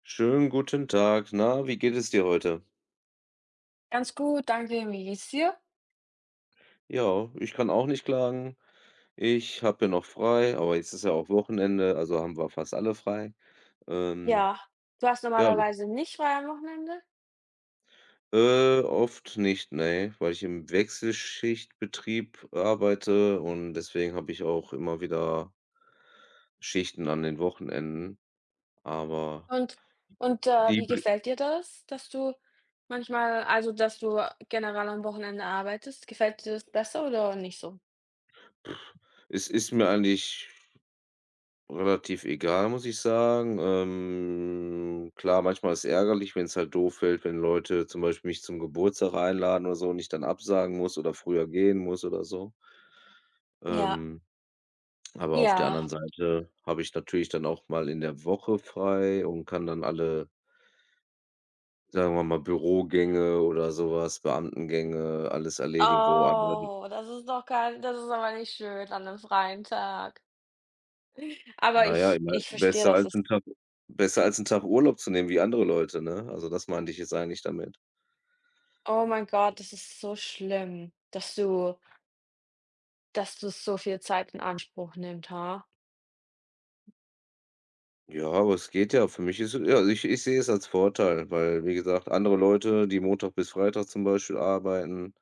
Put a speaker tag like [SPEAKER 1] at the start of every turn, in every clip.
[SPEAKER 1] Schönen guten Tag. Na, wie geht es dir heute?
[SPEAKER 2] Ganz gut, danke. Wie geht's dir?
[SPEAKER 1] Ja, ich kann auch nicht klagen. Ich habe ja noch frei, aber jetzt ist ja auch Wochenende, also haben wir fast alle frei. Ähm,
[SPEAKER 2] Ja, du hast
[SPEAKER 1] ja,
[SPEAKER 2] normalerweise nicht frei am Wochenende?
[SPEAKER 1] oft nicht, ne, weil ich im Wechselschichtbetrieb arbeite und deswegen habe ich auch immer wieder Schichten an den Wochenenden, aber
[SPEAKER 2] Und
[SPEAKER 1] die
[SPEAKER 2] wie
[SPEAKER 1] br
[SPEAKER 2] gefällt dir das, dass du manchmal also, dass du generell am Wochenende arbeitest? Gefällt dir das besser oder nicht so?
[SPEAKER 1] es ist mir eigentlich relativ egal, muss ich sagen. Klar, manchmal ist es ärgerlich, wenn es halt doof fällt, wenn Leute zum Beispiel mich zum Geburtstag einladen oder so und ich dann absagen muss oder früher gehen muss oder so.
[SPEAKER 2] Ja,
[SPEAKER 1] Ähm, aber auf der
[SPEAKER 2] ja.
[SPEAKER 1] anderen Seite habe ich natürlich dann auch mal in der Woche frei und kann dann alle, sagen wir mal, Bürogänge oder sowas Beamtengänge, alles erledigen, wo andere
[SPEAKER 2] Oh, das ist doch kein, das ist aber nicht schön an einem freien Tag. Aber
[SPEAKER 1] Na ja,
[SPEAKER 2] ich
[SPEAKER 1] immer
[SPEAKER 2] ich verstehe, das ist...
[SPEAKER 1] besser als 'n Tag Urlaub zu nehmen wie andere Leute, ne? Also, das meinte ich jetzt eigentlich damit.
[SPEAKER 2] oh mein Gott, das ist so schlimm, dass du... dass das so viel Zeit in Anspruch nimmt, ha?
[SPEAKER 1] Ja, aber es geht ja. Für mich ist es- Ja, also ich sehe es als Vorteil, weil, wie gesagt, andere Leute, die Montag bis Freitag zum Beispiel arbeiten,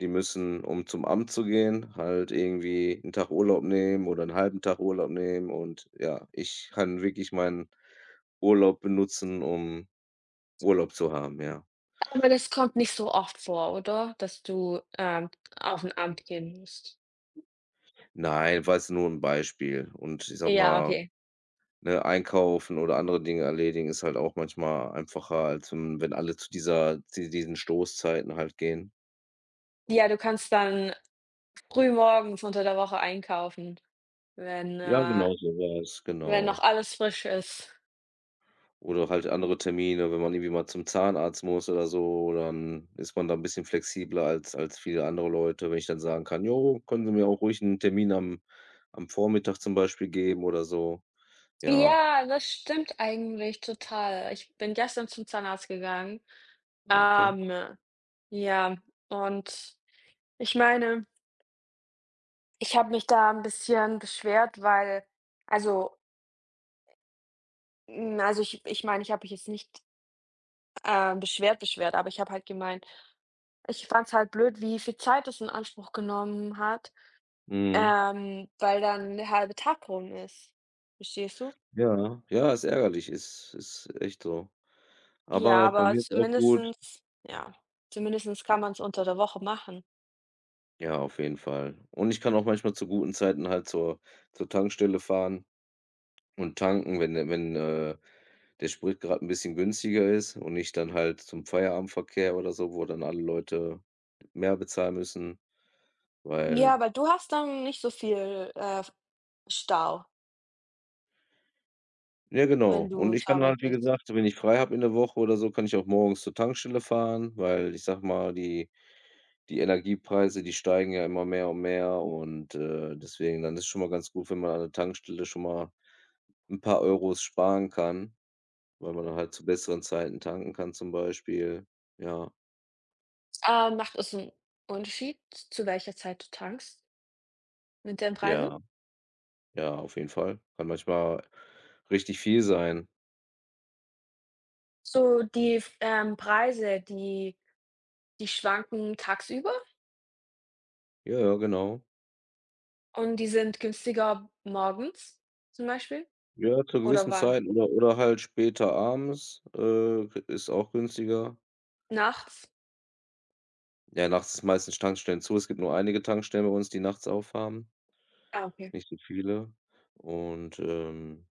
[SPEAKER 1] die müssen, um zum Amt zu gehen, halt irgendwie einen Tag Urlaub nehmen oder einen halben Tag Urlaub nehmen und ja, ich kann wirklich meinen Urlaub benutzen, um Urlaub zu haben, ja.
[SPEAKER 2] Aber das kommt nicht so oft vor, oder? Dass du, auf 'n Amt gehen musst.
[SPEAKER 1] Nein, war jetzt nur ein Beispiel und ich sag
[SPEAKER 2] Ja,
[SPEAKER 1] mal,
[SPEAKER 2] okay.
[SPEAKER 1] ne, einkaufen oder andere Dinge erledigen ist halt auch manchmal einfacher, als wenn alle zu diesen Stoßzeiten halt gehen.
[SPEAKER 2] Ja, du kannst dann frühmorgens unter der Woche einkaufen, wenn,
[SPEAKER 1] Ja,
[SPEAKER 2] äh
[SPEAKER 1] genau so war's,
[SPEAKER 2] wenn noch
[SPEAKER 1] genau.
[SPEAKER 2] alles frisch ist.
[SPEAKER 1] Oder halt andere Termine, wenn man irgendwie mal zum Zahnarzt muss oder so, dann ist man da 'n bisschen flexibler als viele andere Leute, wenn ich dann sagen kann: „Jo, können Sie mir auch ruhig 'n Termin am Vormittag zum Beispiel geben oder so?“ Ja,
[SPEAKER 2] Ja, das stimmt eigentlich total. Ich bin gestern zum Zahnarzt gegangen.
[SPEAKER 1] ah, okay.
[SPEAKER 2] Ähm, ja, und ich meine, ich habe mich da ein bisschen beschwert, weil... also, hm, also, ich meine, ich habe mich jetzt nicht, beschwert, beschwert, aber ich habe halt gemeint, ich fand's halt blöd, wie viel Zeit das in Anspruch genommen hat,
[SPEAKER 1] Mhm.
[SPEAKER 2] weil dann der halbe Tag rum ist. Verstehst du?
[SPEAKER 1] Ja, ja, ist ärgerlich, ist echt so.
[SPEAKER 2] Ja,
[SPEAKER 1] Aber bei
[SPEAKER 2] aber
[SPEAKER 1] mir ist auch gut
[SPEAKER 2] zumindestens, ja, zumindestens kann man's unter der Woche machen.
[SPEAKER 1] ja, auf jeden Fall. Und ich kann auch manchmal zu guten Zeiten halt zur Tankstelle fahren. Und tanken, wenn der Sprit gerade ein bisschen günstiger ist und nicht dann halt zum Feierabendverkehr oder so, wo dann alle Leute mehr bezahlen müssen,
[SPEAKER 2] Ja,
[SPEAKER 1] weil
[SPEAKER 2] aber du hast dann nicht so viel, Stau,
[SPEAKER 1] ja
[SPEAKER 2] wenn
[SPEAKER 1] genau. Und
[SPEAKER 2] du
[SPEAKER 1] ich
[SPEAKER 2] zur
[SPEAKER 1] kann
[SPEAKER 2] Arbeit
[SPEAKER 1] halt, wie
[SPEAKER 2] gehst.
[SPEAKER 1] gesagt, wenn ich frei habe in der Woche oder so, kann ich auch morgens zur Tankstelle fahren, weil ich sage mal, die Energiepreise, die steigen ja immer mehr und mehr und deswegen dann ist schon mal ganz gut, wenn man an der Tankstelle schon mal ein paar Euros sparen kann, weil man dann halt zu besseren Zeiten tanken kann zum Beispiel. Ja,
[SPEAKER 2] Ah, macht es 'n Unterschied, zu welcher Zeit du tankst, mit den Preisen?
[SPEAKER 1] ja. Ja, auf jeden Fall. Kann manchmal richtig viel sein.
[SPEAKER 2] So die f Preise, die schwanken tagsüber
[SPEAKER 1] Ja, ja, genau.
[SPEAKER 2] und die sind günstiger morgens zum Beispiel,
[SPEAKER 1] Ja, zur
[SPEAKER 2] oder
[SPEAKER 1] gewissen
[SPEAKER 2] wann?
[SPEAKER 1] Zeit oder halt später abends ist auch günstiger.
[SPEAKER 2] Nachts?
[SPEAKER 1] Ja, nachts ist meistens Tankstellen zu. Es gibt nur einige Tankstellen bei uns, die nachts aufhaben,
[SPEAKER 2] Ah, okay.
[SPEAKER 1] nicht so viele. Und, ähm,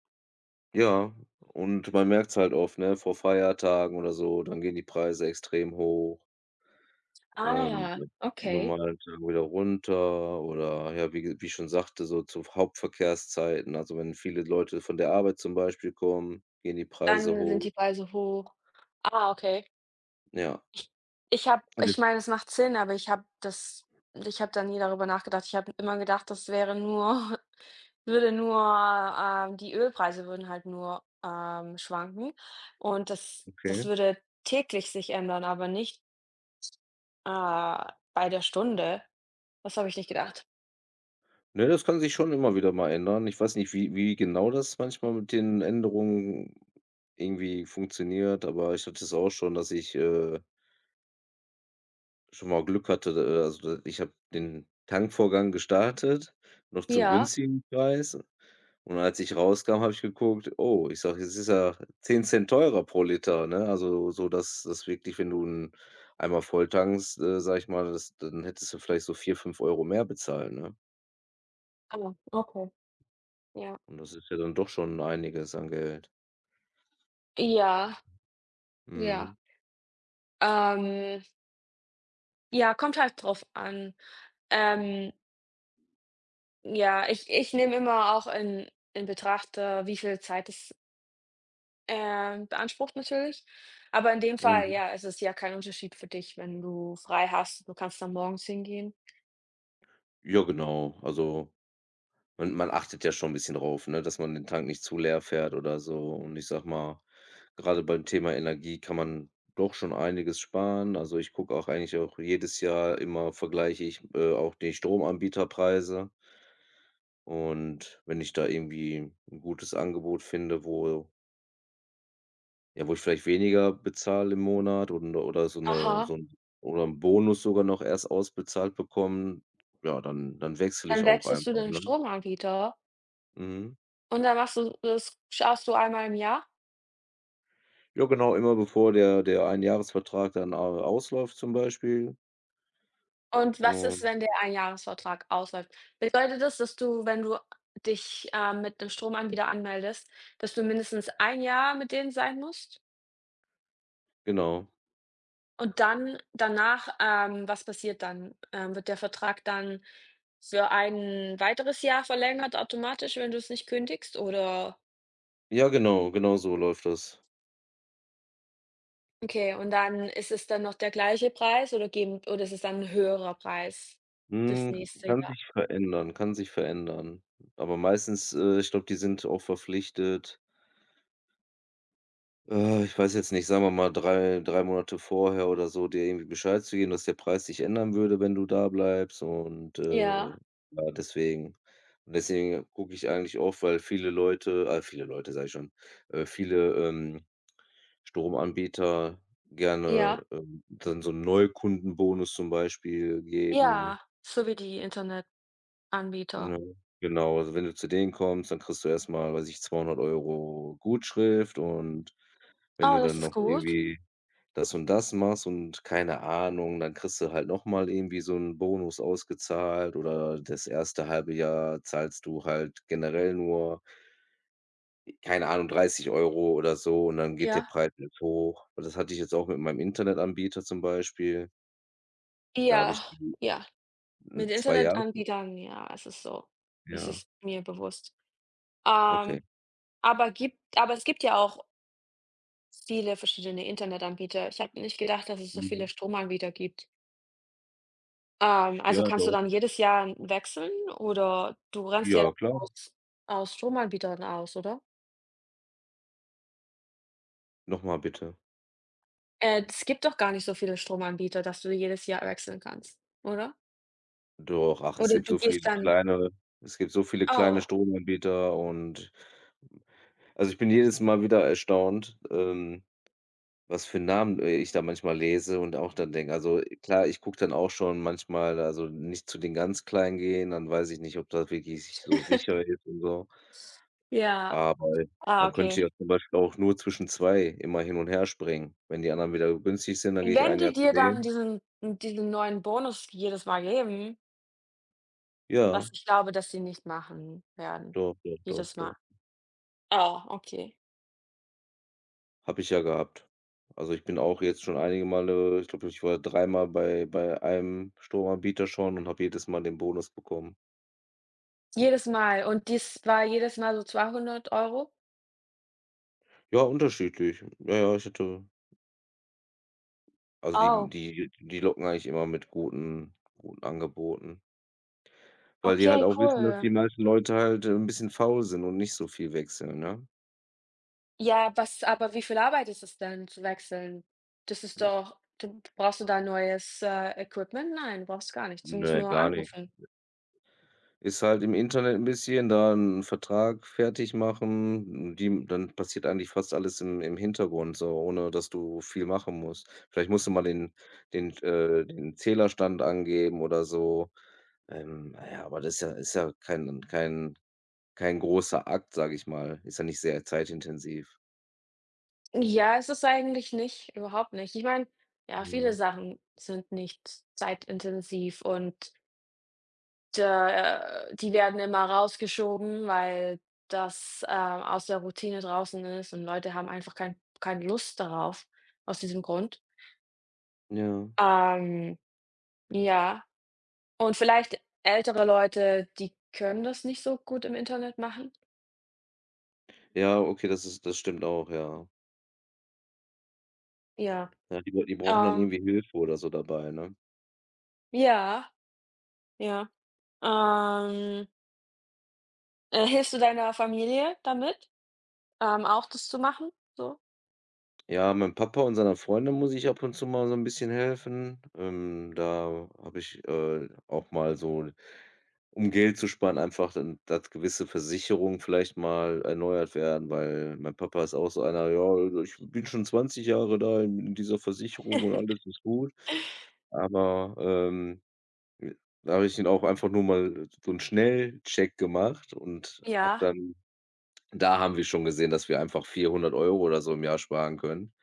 [SPEAKER 1] ja, und man merkt es halt oft, ne, vor Feiertagen oder so, dann gehen die Preise extrem hoch. Und
[SPEAKER 2] Ah, okay.
[SPEAKER 1] normal Tagen wieder runter oder ja, wie ich schon sagte, so zu Hauptverkehrszeiten. Also, wenn viele Leute von der Arbeit zum Beispiel kommen, gehen die Preise
[SPEAKER 2] Dann sind
[SPEAKER 1] hoch.
[SPEAKER 2] die Preise hoch. Ah, okay.
[SPEAKER 1] Ja.
[SPEAKER 2] Ich habe
[SPEAKER 1] Alles
[SPEAKER 2] ich meine, es macht Sinn, aber ich habe da nie darüber nachgedacht. Ich habe immer gedacht, das wäre nur würde nur, die Ölpreise würden halt nur, schwanken, und das
[SPEAKER 1] okay.
[SPEAKER 2] das würde täglich sich ändern, aber nicht, äh, bei der Stunde. Das habe ich nicht gedacht.
[SPEAKER 1] Ne, das kann sich schon immer wieder mal ändern. Ich weiß nicht, wie genau das manchmal mit den Änderungen irgendwie funktioniert, aber ich hatte es auch schon, dass ich schon mal Glück hatte, da ich habe den Tankvorgang gestartet, noch zum
[SPEAKER 2] Ja.
[SPEAKER 1] günstigen Preis. Und als ich rauskam, habe ich geguckt: „Oh“, ich sage: „Jetzt ist er 10 Cent teurer pro Liter“, ne? Also, so dass das wirklich, wenn du 'n Eimer volltankst, sage ich mal, das dann hättest du vielleicht so 4 5 € mehr bezahlt, ne?
[SPEAKER 2] Ah, okay, ja.
[SPEAKER 1] Und das ist ja dann doch schon einiges an Geld.
[SPEAKER 2] Ja, ja.
[SPEAKER 1] Mhm.
[SPEAKER 2] Ähm, ja, kommt halt drauf an. Ähm, ja, ich nehme immer auch in Betracht, wie viel Zeit es... beansprucht natürlich. Aber in dem Fall,
[SPEAKER 1] Mhm.
[SPEAKER 2] ja, es ist ja kein Unterschied für dich, wenn du frei hast. Du kannst dann morgens hingehen.
[SPEAKER 1] Ja, genau. Also, man achtet ja schon 'n bisschen drauf, ne, dass man den Tank nicht zu leer fährt oder so. Und ich sage mal Gerade beim Thema Energie kann man doch schon einiges sparen. Also, ich gucke auch eigentlich auch jedes Jahr immer vergleiche ich auch die Stromanbieterpreise. Und wenn ich da irgendwie ein gutes Angebot finde, wo ich vielleicht weniger bezahle im Monat oder so eine
[SPEAKER 2] Aha.
[SPEAKER 1] so ein oder einen Bonus sogar noch erst ausbezahlt bekomme, ja, dann wechsle ich
[SPEAKER 2] Dann
[SPEAKER 1] auch
[SPEAKER 2] wechselst du
[SPEAKER 1] einfach,
[SPEAKER 2] den
[SPEAKER 1] ne?
[SPEAKER 2] Stromanbieter
[SPEAKER 1] Mhm.
[SPEAKER 2] und dann machst du das schaust du einmal im Jahr.
[SPEAKER 1] Ja, genau, immer bevor der Einjahresvertrag dann a ausläuft zum Beispiel
[SPEAKER 2] Und was ist,
[SPEAKER 1] und
[SPEAKER 2] wenn der Einjahresvertrag ausläuft? Bedeutet das, dass du, wenn du dich, mit 'nem Stromanbieter anmeldest, dass du mindestens ein Jahr mit denen sein musst?
[SPEAKER 1] genau.
[SPEAKER 2] Und dann danach, was passiert dann? Wird der Vertrag dann für ein weiteres Jahr verlängert automatisch, wenn du es nicht kündigst, oder?
[SPEAKER 1] Ja, genau, genau so läuft das.
[SPEAKER 2] Okay, und dann ist es dann noch der gleiche Preis, oder geben, oder ist es dann ein höherer Preis das
[SPEAKER 1] Hm,
[SPEAKER 2] nächste
[SPEAKER 1] Kann
[SPEAKER 2] Jahr?
[SPEAKER 1] sich verändern, kann sich verändern. Aber meistens, ich glaube, die sind auch verpflichtet, ich weiß jetzt nicht, sagen wir mal drei Monate vorher oder so, dir irgendwie Bescheid zu geben, dass der Preis sich ändern würde, wenn du da bleibst und
[SPEAKER 2] Ja,
[SPEAKER 1] ja, deswegen. Und deswegen gucke ich eigentlich oft, weil viele Leute sage ich schon, viele, Stromanbieter
[SPEAKER 2] ja,
[SPEAKER 1] gerne dann so 'n Neukundenbonus zum Beispiel geben.
[SPEAKER 2] ja, so wie die Internetanbieter.
[SPEAKER 1] Ne, genau. Also, wenn du zu denen kommst, dann kriegst du erst mal, weiß ich, 200 € Gutschrift und wenn
[SPEAKER 2] Ah,
[SPEAKER 1] du dann
[SPEAKER 2] das ist
[SPEAKER 1] noch
[SPEAKER 2] gut.
[SPEAKER 1] irgendwie das und das machst und keine Ahnung, dann kriegst du halt noch mal irgendwie so 'n Bonus ausgezahlt oder das erste halbe Jahr zahlst du halt generell nur, keine Ahnung, 30 € oder so und dann geht der
[SPEAKER 2] Ja,
[SPEAKER 1] Preis erst hoch. Und das hatte ich jetzt auch mit meinem Internetanbieter zum Beispiel. Da habe
[SPEAKER 2] ja,
[SPEAKER 1] ich die
[SPEAKER 2] ja. Mit
[SPEAKER 1] hm, 2 Jahre
[SPEAKER 2] Internetanbietern, ja, es ist so. Es
[SPEAKER 1] ja,
[SPEAKER 2] ist mir bewusst. Ähm,
[SPEAKER 1] okay.
[SPEAKER 2] aber gibt aber es gibt ja auch viele verschiedene Internetanbieter. Ich habe nicht gedacht, dass es so
[SPEAKER 1] Mhm.
[SPEAKER 2] viele Stromanbieter gibt. Also
[SPEAKER 1] Ja,
[SPEAKER 2] kannst du
[SPEAKER 1] doch.
[SPEAKER 2] dann jedes Jahr wechseln oder du rennst ja
[SPEAKER 1] Ja, klar.
[SPEAKER 2] aus, aus Stromanbietern aus, oder?
[SPEAKER 1] Noch mal bitte.
[SPEAKER 2] Es gibt doch gar nicht so viele Stromanbieter, dass du jedes Jahr wechseln kannst, oder?
[SPEAKER 1] Doch, ach,
[SPEAKER 2] Oder du gehst dann...
[SPEAKER 1] es gibt so viele kleine
[SPEAKER 2] oh.
[SPEAKER 1] Stromanbieter und also, ich bin jedes Mal wieder erstaunt, was für Namen ich da manchmal lese und auch dann denke klar, ich gucke dann auch schon manchmal also, nicht zu den ganz Kleinen gehen, dann weiß ich nicht, ob das wirklich so sicher ist und so.
[SPEAKER 2] Ja,
[SPEAKER 1] Aber
[SPEAKER 2] ah,
[SPEAKER 1] man
[SPEAKER 2] okay.
[SPEAKER 1] könnte ja zum Beispiel auch nur zwischen 2 immer hin und her springen. Wenn die anderen wieder günstig sind, dann gehe ich
[SPEAKER 2] Wenn
[SPEAKER 1] ein
[SPEAKER 2] die
[SPEAKER 1] Jahr zu
[SPEAKER 2] dir dann
[SPEAKER 1] denen.
[SPEAKER 2] diesen neuen Bonus jedes Mal geben, was
[SPEAKER 1] Ja,
[SPEAKER 2] ich glaube, dass sie nicht machen werden,
[SPEAKER 1] doch, doch, doch,
[SPEAKER 2] jedes
[SPEAKER 1] doch.
[SPEAKER 2] Mal. Ah, okay.
[SPEAKER 1] Habe ich ja gehabt. Also, ich bin auch jetzt schon einige Male ich glaube, ich war dreimal bei einem Stromanbieter schon und habe jedes Mal den Bonus bekommen.
[SPEAKER 2] Jedes Mal, und dies war jedes Mal so 200 Euro.
[SPEAKER 1] Ja, unterschiedlich. Ja, ja, ich hatte also,
[SPEAKER 2] Oh,
[SPEAKER 1] die locken eigentlich immer mit guten guten Angeboten, weil die halt
[SPEAKER 2] okay,
[SPEAKER 1] auch wissen, dass
[SPEAKER 2] cool.
[SPEAKER 1] die meisten Leute halt, 'n bisschen faul sind und nicht so viel wechseln, ne?
[SPEAKER 2] Ja, was aber wie viel Arbeit ist es denn zu wechseln? Das ist doch... du brauchst du da neues, Equipment? Nein, brauchst gar nichts. Du musst
[SPEAKER 1] Ne,
[SPEAKER 2] nur
[SPEAKER 1] gar nicht.
[SPEAKER 2] anrufen.
[SPEAKER 1] Ist halt im Internet ein bisschen, da 'n Vertrag fertig machen, die dann passiert eigentlich fast alles im Hintergrund so, ohne dass du viel machen musst. Vielleicht musst du mal den Zählerstand angeben oder so. Na ja, aber das ist ja kein großer Akt, sage ich mal. Ist ja nicht sehr zeitintensiv.
[SPEAKER 2] Ja, es ist eigentlich nicht, überhaupt nicht. Ich meine, ja, viele
[SPEAKER 1] Mhm.
[SPEAKER 2] Sachen sind nicht zeitintensiv und da die werden immer rausgeschoben, weil das, aus der Routine draußen ist, und Leute haben einfach keine Lust darauf, aus diesem Grund.
[SPEAKER 1] Ja.
[SPEAKER 2] Ähm, ja, und vielleicht ältere Leute, die können das nicht so gut im Internet machen.
[SPEAKER 1] Ja, okay, das stimmt auch, ja.
[SPEAKER 2] Ja,
[SPEAKER 1] Ja, die brauchen dann
[SPEAKER 2] ähm,
[SPEAKER 1] irgendwie Hilfe oder so dabei, ne?
[SPEAKER 2] ja, ja. Ähm, hilfst du deiner Familie damit, auch das zu machen, so?
[SPEAKER 1] Ja, meinem Papa und seiner Freundin muss ich ab und zu mal so 'n bisschen helfen. Da habe ich auch mal so um Geld zu sparen, einfach dann dass gewisse Versicherungen vielleicht mal erneuert werden, weil mein Papa ist auch so einer: „Ja, also ich bin schon 20 Jahre da in dieser Versicherung und alles ist gut.“ Aber, ähm, Da habe ich ihn auch einfach nur mal so 'n Schnellcheck gemacht und habe
[SPEAKER 2] Ja.
[SPEAKER 1] dann da haben wir schon gesehen, dass wir einfach 400 € oder so im Jahr sparen können.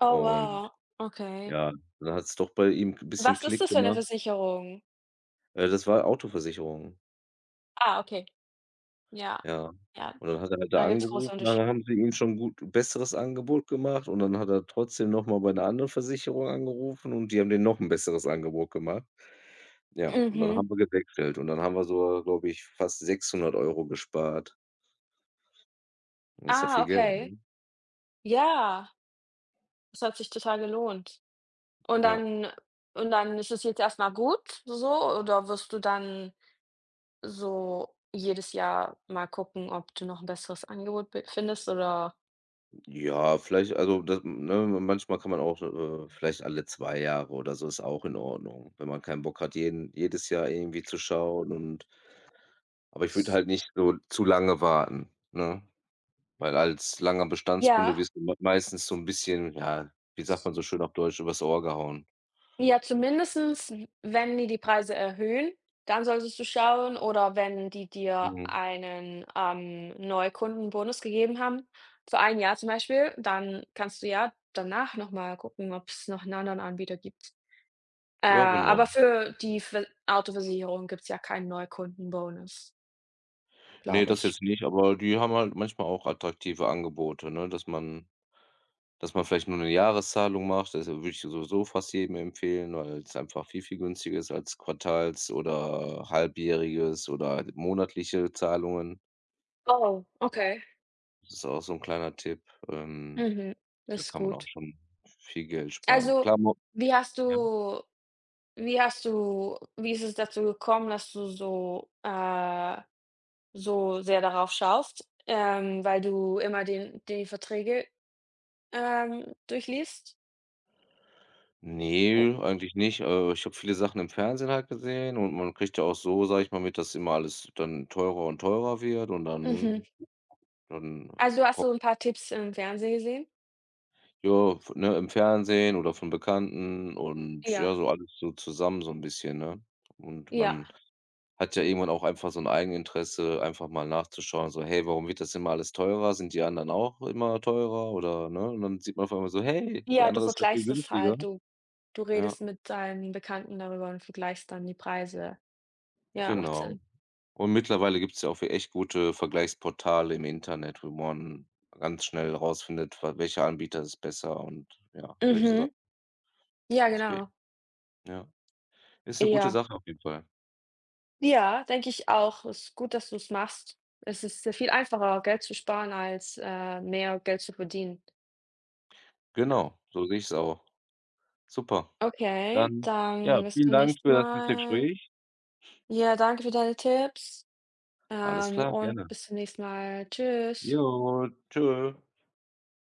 [SPEAKER 2] Oh
[SPEAKER 1] Und
[SPEAKER 2] wow, okay.
[SPEAKER 1] ja, dann hat es doch bei ihm ein bisschen
[SPEAKER 2] Was ist
[SPEAKER 1] Klick
[SPEAKER 2] das für eine
[SPEAKER 1] gemacht.
[SPEAKER 2] Versicherung?
[SPEAKER 1] Das war Autoversicherung,
[SPEAKER 2] Ah, okay. Ja,
[SPEAKER 1] ja.
[SPEAKER 2] ja,
[SPEAKER 1] Und dann hat er halt da
[SPEAKER 2] da gibt's große
[SPEAKER 1] angerufen,
[SPEAKER 2] Unterschiede.
[SPEAKER 1] dann haben sie ihm schon gut besseres Angebot gemacht und dann hat er trotzdem noch mal bei 'ner anderen Versicherung angerufen und die haben denen noch 'n besseres Angebot gemacht. Ja, und dann
[SPEAKER 2] Mhm.
[SPEAKER 1] haben wir gewechselt und dann haben wir so, glaube ich, fast 600 € gespart. Und ist ja
[SPEAKER 2] Ah,
[SPEAKER 1] viel Geld,
[SPEAKER 2] okay.
[SPEAKER 1] ne?
[SPEAKER 2] Ja, das hat sich total gelohnt. Und
[SPEAKER 1] Ja.
[SPEAKER 2] dann und dann ist es jetzt erstmal gut so, oder wirst du dann so jedes Jahr mal gucken, ob du noch ein besseres Angebot be findest, oder?
[SPEAKER 1] Ja, vielleicht also, das ne, manchmal kann man auch vielleicht alle 2 Jahre oder so ist auch in Ordnung, wenn man keinen Bock hat, jeden jedes Jahr irgendwie zu schauen und aber ich würde halt nicht so zu lange warten, ne? Weil als langer Bestandskunde
[SPEAKER 2] Ja.
[SPEAKER 1] wirst du me meistens so ein bisschen, ja, wie sagt man so schön auf Deutsch, übers Ohr gehauen.
[SPEAKER 2] Ja, zumindestens, wenn die die Preise erhöhen, dann solltest du schauen, oder wenn die dir
[SPEAKER 1] Mhm.
[SPEAKER 2] einen, Neukundenbonus gegeben haben, für ein Jahr zum Beispiel, dann kannst du ja danach noch mal gucken, ob es noch einen anderen Anbieter gibt. Äh,
[SPEAKER 1] Ja, genau.
[SPEAKER 2] aber für die Ver Autoversicherung gibt's ja keinen Neukundenbonus,
[SPEAKER 1] Ne,
[SPEAKER 2] glaube
[SPEAKER 1] das
[SPEAKER 2] ich.
[SPEAKER 1] jetzt nicht, aber die haben halt manchmal auch attraktive Angebote, ne, dass man vielleicht nur 'ne Jahreszahlung macht. Das würde ich sowieso fast jedem empfehlen, weil's einfach viel, viel günstiger ist als Quartals oder halbjähriges oder monatliche Zahlungen.
[SPEAKER 2] Oh, okay.
[SPEAKER 1] Das ist auch so 'n kleiner Tipp. Ähm,
[SPEAKER 2] Mhm.
[SPEAKER 1] Da
[SPEAKER 2] Das ist
[SPEAKER 1] kann man auch
[SPEAKER 2] gut.
[SPEAKER 1] schon viel Geld sparen.
[SPEAKER 2] Also,
[SPEAKER 1] Klar mo
[SPEAKER 2] wie hast
[SPEAKER 1] Ja.
[SPEAKER 2] du wie hast du wie ist es dazu gekommen, dass du so, so sehr darauf schaust, weil du immer den die Verträge, durchliest? Oh.
[SPEAKER 1] Ne, eigentlich nicht. Ich habe viele Sachen im Fernsehen halt gesehen und man kriegt ja auch so, sage ich mal, mit, dass immer alles dann teurer und teurer wird und
[SPEAKER 2] Mhm. Mhm.
[SPEAKER 1] dann Dann
[SPEAKER 2] Also, du hast
[SPEAKER 1] ko
[SPEAKER 2] so ein paar Tipps im Fernsehen gesehen?
[SPEAKER 1] ja, v ne, im Fernsehen oder von Bekannten und ja,
[SPEAKER 2] Ja,
[SPEAKER 1] so alles so zusammen so ein bisschen, ne? Und
[SPEAKER 2] ja.
[SPEAKER 1] man hat ja irgendwann auch einfach so 'n Eigeninteresse, einfach mal nachzuschauen, so: „Hey, warum wird das immer alles teurer? Sind die anderen auch immer teurer oder“, ne? Und dann sieht man auf einmal so: „Hey, der
[SPEAKER 2] Ja, du
[SPEAKER 1] andere ist ja viel
[SPEAKER 2] vergleichst es
[SPEAKER 1] günstiger.“
[SPEAKER 2] halt. Du
[SPEAKER 1] Ja,
[SPEAKER 2] redest mit deinen Bekannten darüber und vergleichst dann die Preise. Ja, macht
[SPEAKER 1] genau.
[SPEAKER 2] Sinn.
[SPEAKER 1] Und mittlerweile gibt's ja auch für echt gute Vergleichsportale im Internet, wo man ganz schnell rausfindet, wa welcher Anbieter ist besser und ja, solche
[SPEAKER 2] Mhm.
[SPEAKER 1] Sachen.
[SPEAKER 2] Ja, genau.
[SPEAKER 1] Deswegen, ja. Ist 'ne gute
[SPEAKER 2] Ja.
[SPEAKER 1] Sache auf jeden Fall.
[SPEAKER 2] Ja, denke ich auch. Ist gut, dass du es machst. Es ist ja viel einfacher, Geld zu sparen, als mehr Geld zu verdienen. Ja.
[SPEAKER 1] Genau, so sehe ich's auch. Super.
[SPEAKER 2] Okay,
[SPEAKER 1] Dann, ja,
[SPEAKER 2] dann bis
[SPEAKER 1] vielen
[SPEAKER 2] zum
[SPEAKER 1] Dank
[SPEAKER 2] nächsten
[SPEAKER 1] für das nette
[SPEAKER 2] Mal.
[SPEAKER 1] Gespräch.
[SPEAKER 2] Ja, danke für deine Tipps,
[SPEAKER 1] Alles klar,
[SPEAKER 2] und
[SPEAKER 1] gerne.
[SPEAKER 2] bis zum nächsten Mal. Tschüss.
[SPEAKER 1] Jo, tschüss.